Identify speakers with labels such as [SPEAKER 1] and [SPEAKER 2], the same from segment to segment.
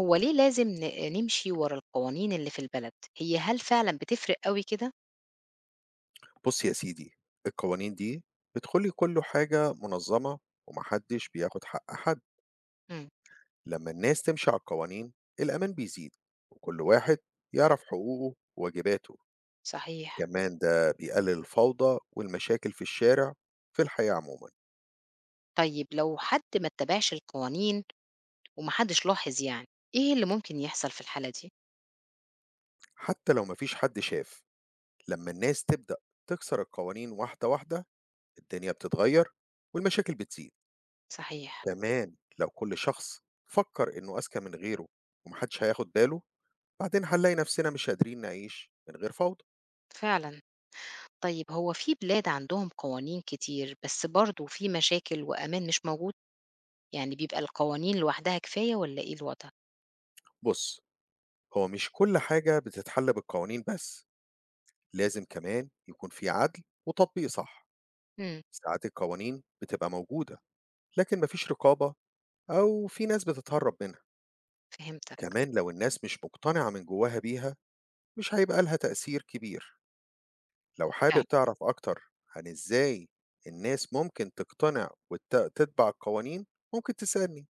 [SPEAKER 1] هو ليه لازم نمشي ورا القوانين اللي في البلد، هل فعلًا بتفرق أوي كده؟
[SPEAKER 2] بُص يا سيدي، القوانين دي بتخلّي كل حاجة منظمة وما حدش بياخد حق حد،
[SPEAKER 1] إمم،
[SPEAKER 2] لمّا الناس تمشي على القوانين الأمان بيزيد، وكل واحد يعرف حقوقه وواجباته،
[SPEAKER 1] صحيح.
[SPEAKER 2] كمان ده بيقلل الفوضى والمشاكل في الشارع في الحياة عمومًا،
[SPEAKER 1] طيب لو حد ما اتبعش القوانين وما حدش لاحظ يعني، إيه اللي ممكن يحصل في الحالة دي؟
[SPEAKER 2] حتى لو ما فيش حد شاف، لمّا الناس تبدأ تكسر القوانين واحدة واحدة الدنيا بتتغير والمشاكل بتزيد،
[SPEAKER 1] صحيح،
[SPEAKER 2] كمان لو كل شخص فكر إنه أذكى من غيره وما حدش هياخد باله بعدين هنلاقي نفسنا مش قادرين نعيش من غير فوضى.
[SPEAKER 1] فعلًا. طيب هو في بلاد عندهم قوانين كتير، بس برضه في مشاكل وأمان مش موجود؟ يعني بيبقى القوانين لوحدها كفاية والّا إيه الوضع؟
[SPEAKER 2] بُص، هو مش كل حاجة بتتحل بالقوانين بس، لازم كمان يكون في عدل وتطبيق صح.
[SPEAKER 1] إمم،
[SPEAKER 2] ساعات القوانين بتبقى موجودة، لكن ما فيش رقابة أو في ناس بتتهرب منها.
[SPEAKER 1] فهمتك،
[SPEAKER 2] كمان لو الناس مش مقتنعة من جواها بيها، مش هيبقى لها تأثير كبير. لو حابب
[SPEAKER 1] فعلًا.
[SPEAKER 2] تعرف أكتر عن إزاي الناس ممكن تقتنع وت تتبع القوانين، ممكن تسألني.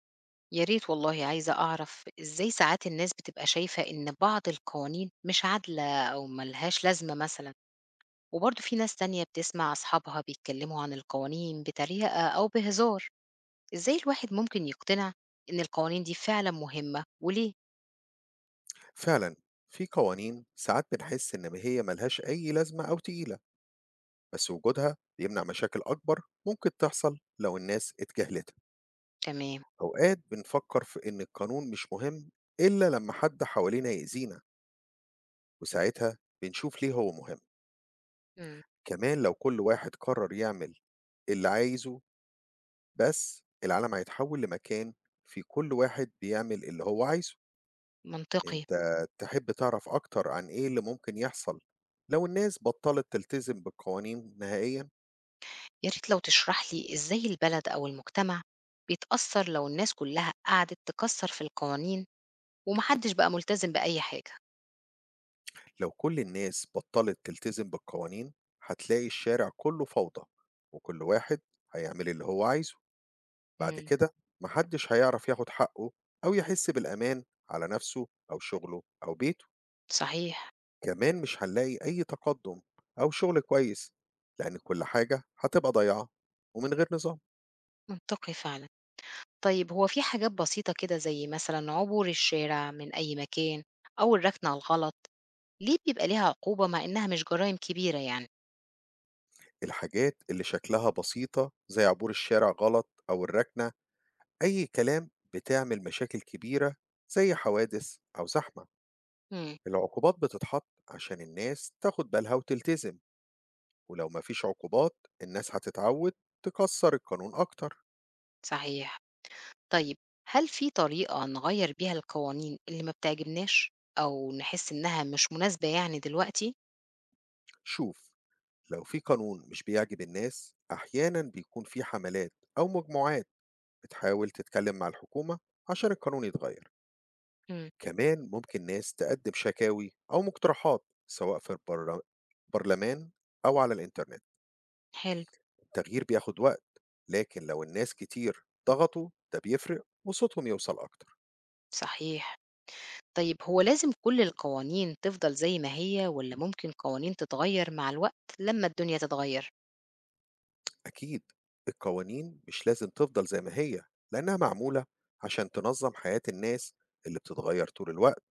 [SPEAKER 1] يا ريت والله عايزة أعرف إزاي ساعات الناس بتبقى شايفة إن بعض القوانين مش عادلة أو ملهاش لازمة مثلا، وبرضه في ناس تانية بتسمع أصحابها بيتكلموا عن القوانين بطريقة أو بهزار. إزاي الواحد ممكن يقتنع إن القوانين دي فعلا مهمة وليه؟
[SPEAKER 2] فعلا في قوانين ساعات بنحس إن هي ملهاش أي لازمة أو تقيلة، بس وجودها بيمنع مشاكل أكبر ممكن تحصل لو الناس اتجاهلتها.
[SPEAKER 1] تمام.
[SPEAKER 2] أوقات بنفكر في إن القانون مش مهم إلا لما حد حوالينا يأذينا، وساعتها بنشوف ليه هو مهم.
[SPEAKER 1] مم.
[SPEAKER 2] كمان لو كل واحد قرر يعمل اللي عايزه بس، العالم هيتحول لمكان في كل واحد بيعمل اللي هو عايزه.
[SPEAKER 1] منطقي.
[SPEAKER 2] أنت تحب تعرف أكتر عن إيه اللي ممكن يحصل لو الناس بطلت تلتزم بالقوانين نهائيًا؟
[SPEAKER 1] يا ريت لو تشرح لي إزاي البلد أو المجتمع بيتأثر لو الناس كلها قعدت تكسر في القوانين ومحدش بقى ملتزم بأي حاجة.
[SPEAKER 2] لو كل الناس بطلت تلتزم بالقوانين، هتلاقي الشارع كله فوضى، وكل واحد هيعمل اللي هو عايزه، بعد
[SPEAKER 1] مم.
[SPEAKER 2] كده محدش هيعرف ياخد حقه أو يحس بالأمان على نفسه أو شغله أو بيته،
[SPEAKER 1] صحيح.
[SPEAKER 2] كمان مش هنلاقي أي تقدم أو شغل كويس، لأن كل حاجة هتبقى ضايعة ومن غير نظام.
[SPEAKER 1] منطقي فعلا. طيب هو في حاجات بسيطة كده زي مثلًا عبور الشارع من أي مكان أو الركن على الغلط، ليه بيبقى ليها عقوبة مع إنها مش جرايم كبيرة يعني؟
[SPEAKER 2] الحاجات اللي شكلها بسيطة زي عبور الشارع غلط أو الركنة أي كلام بتعمل مشاكل كبيرة زي حوادث أو زحمة.
[SPEAKER 1] إمم،
[SPEAKER 2] العقوبات بتتحط عشان الناس تاخد بالها وتلتزم، ولو مفيش عقوبات الناس هتتعود تكسر القانون أكتر.
[SPEAKER 1] صحيح. طيب هل في طريقة نغيّر بيها القوانين اللي ما بتعجبناش أو نحس إنها مش مناسبة يعني دلوقتي؟
[SPEAKER 2] شوف، لو في قانون مش بيعجب الناس أحيانا بيكون في حملات أو مجموعات بتحاول تتكلم مع الحكومة عشان القانون يتغير،
[SPEAKER 1] إمم،
[SPEAKER 2] كمان ممكن ناس تقدم شكاوي أو مقترحات سواء في البرلمان أو على الإنترنت.
[SPEAKER 1] حلو،
[SPEAKER 2] التغيير بياخد وقت، لكن لو الناس كتير ضغطوا ده بيفرق وصوتهم يوصل أكتر.
[SPEAKER 1] صحيح. طيب هو لازم كل القوانين تفضل زي ما هي والّا ممكن قوانين تتغيّر مع الوقت لمّا الدنيا تتغيّر؟
[SPEAKER 2] أكيد القوانين مش لازم تفضل زي ما هي، لأنها معمولة عشان تنظم حياة الناس اللي بتتغير طول الوقت،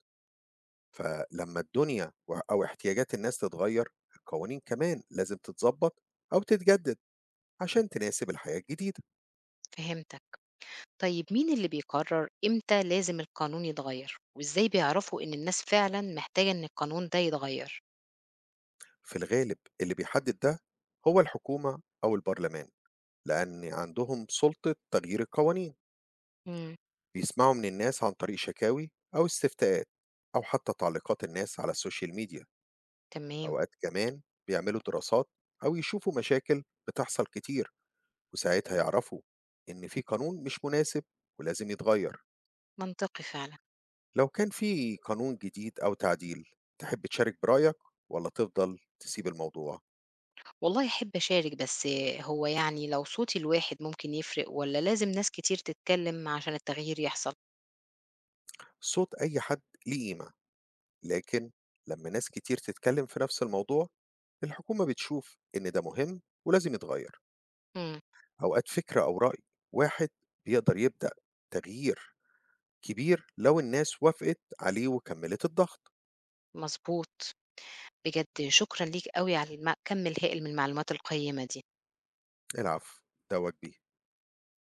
[SPEAKER 2] فلما الدنيا أو احتياجات الناس تتغير القوانين كمان لازم تتظبط أو تتجدد عشان تناسب الحياة الجديدة.
[SPEAKER 1] فهمتك. طيب مين اللي بيقرر إمتى لازم القانون يتغير؟ وإزاي بيعرفوا إن الناس فعلا محتاجة إن القانون ده يتغير؟
[SPEAKER 2] في الغالب اللي بيحدد ده هو الحكومة أو البرلمان، لأن عندهم سلطة تغيير القوانين.
[SPEAKER 1] امم.
[SPEAKER 2] بيسمعوا من الناس عن طريق شكاوي أو استفتاءات أو حتى تعليقات الناس على السوشيال ميديا.
[SPEAKER 1] تمام.
[SPEAKER 2] أوقات كمان بيعملوا دراسات أو يشوفوا مشاكل بتحصل كتير وساعتها يعرفوا إن في قانون مش مناسب ولازم يتغير.
[SPEAKER 1] منطقي فعلا.
[SPEAKER 2] لو كان في قانون جديد أو تعديل تحب تشارك برأيك ولا تفضل تسيب الموضوع؟
[SPEAKER 1] والله أحب أشارك، بس هو يعني لو صوتي الواحد ممكن يفرق ولا لازم ناس كتير تتكلم عشان التغيير يحصل؟
[SPEAKER 2] صوت أي حد ليه قيمة، لكن لما ناس كتير تتكلم في نفس الموضوع الحكومة بتشوف إن ده مهم ولازم يتغير.
[SPEAKER 1] امم.
[SPEAKER 2] أوقات فكرة أو رأي واحد بيقدر يبدأ تغيير كبير لو الناس وافقت عليه وكملت الضغط.
[SPEAKER 1] مظبوط. بجد شكرا ليك قوي على كم الهائل من المعلومات القيمة دي.
[SPEAKER 2] العفو، ده واجبي.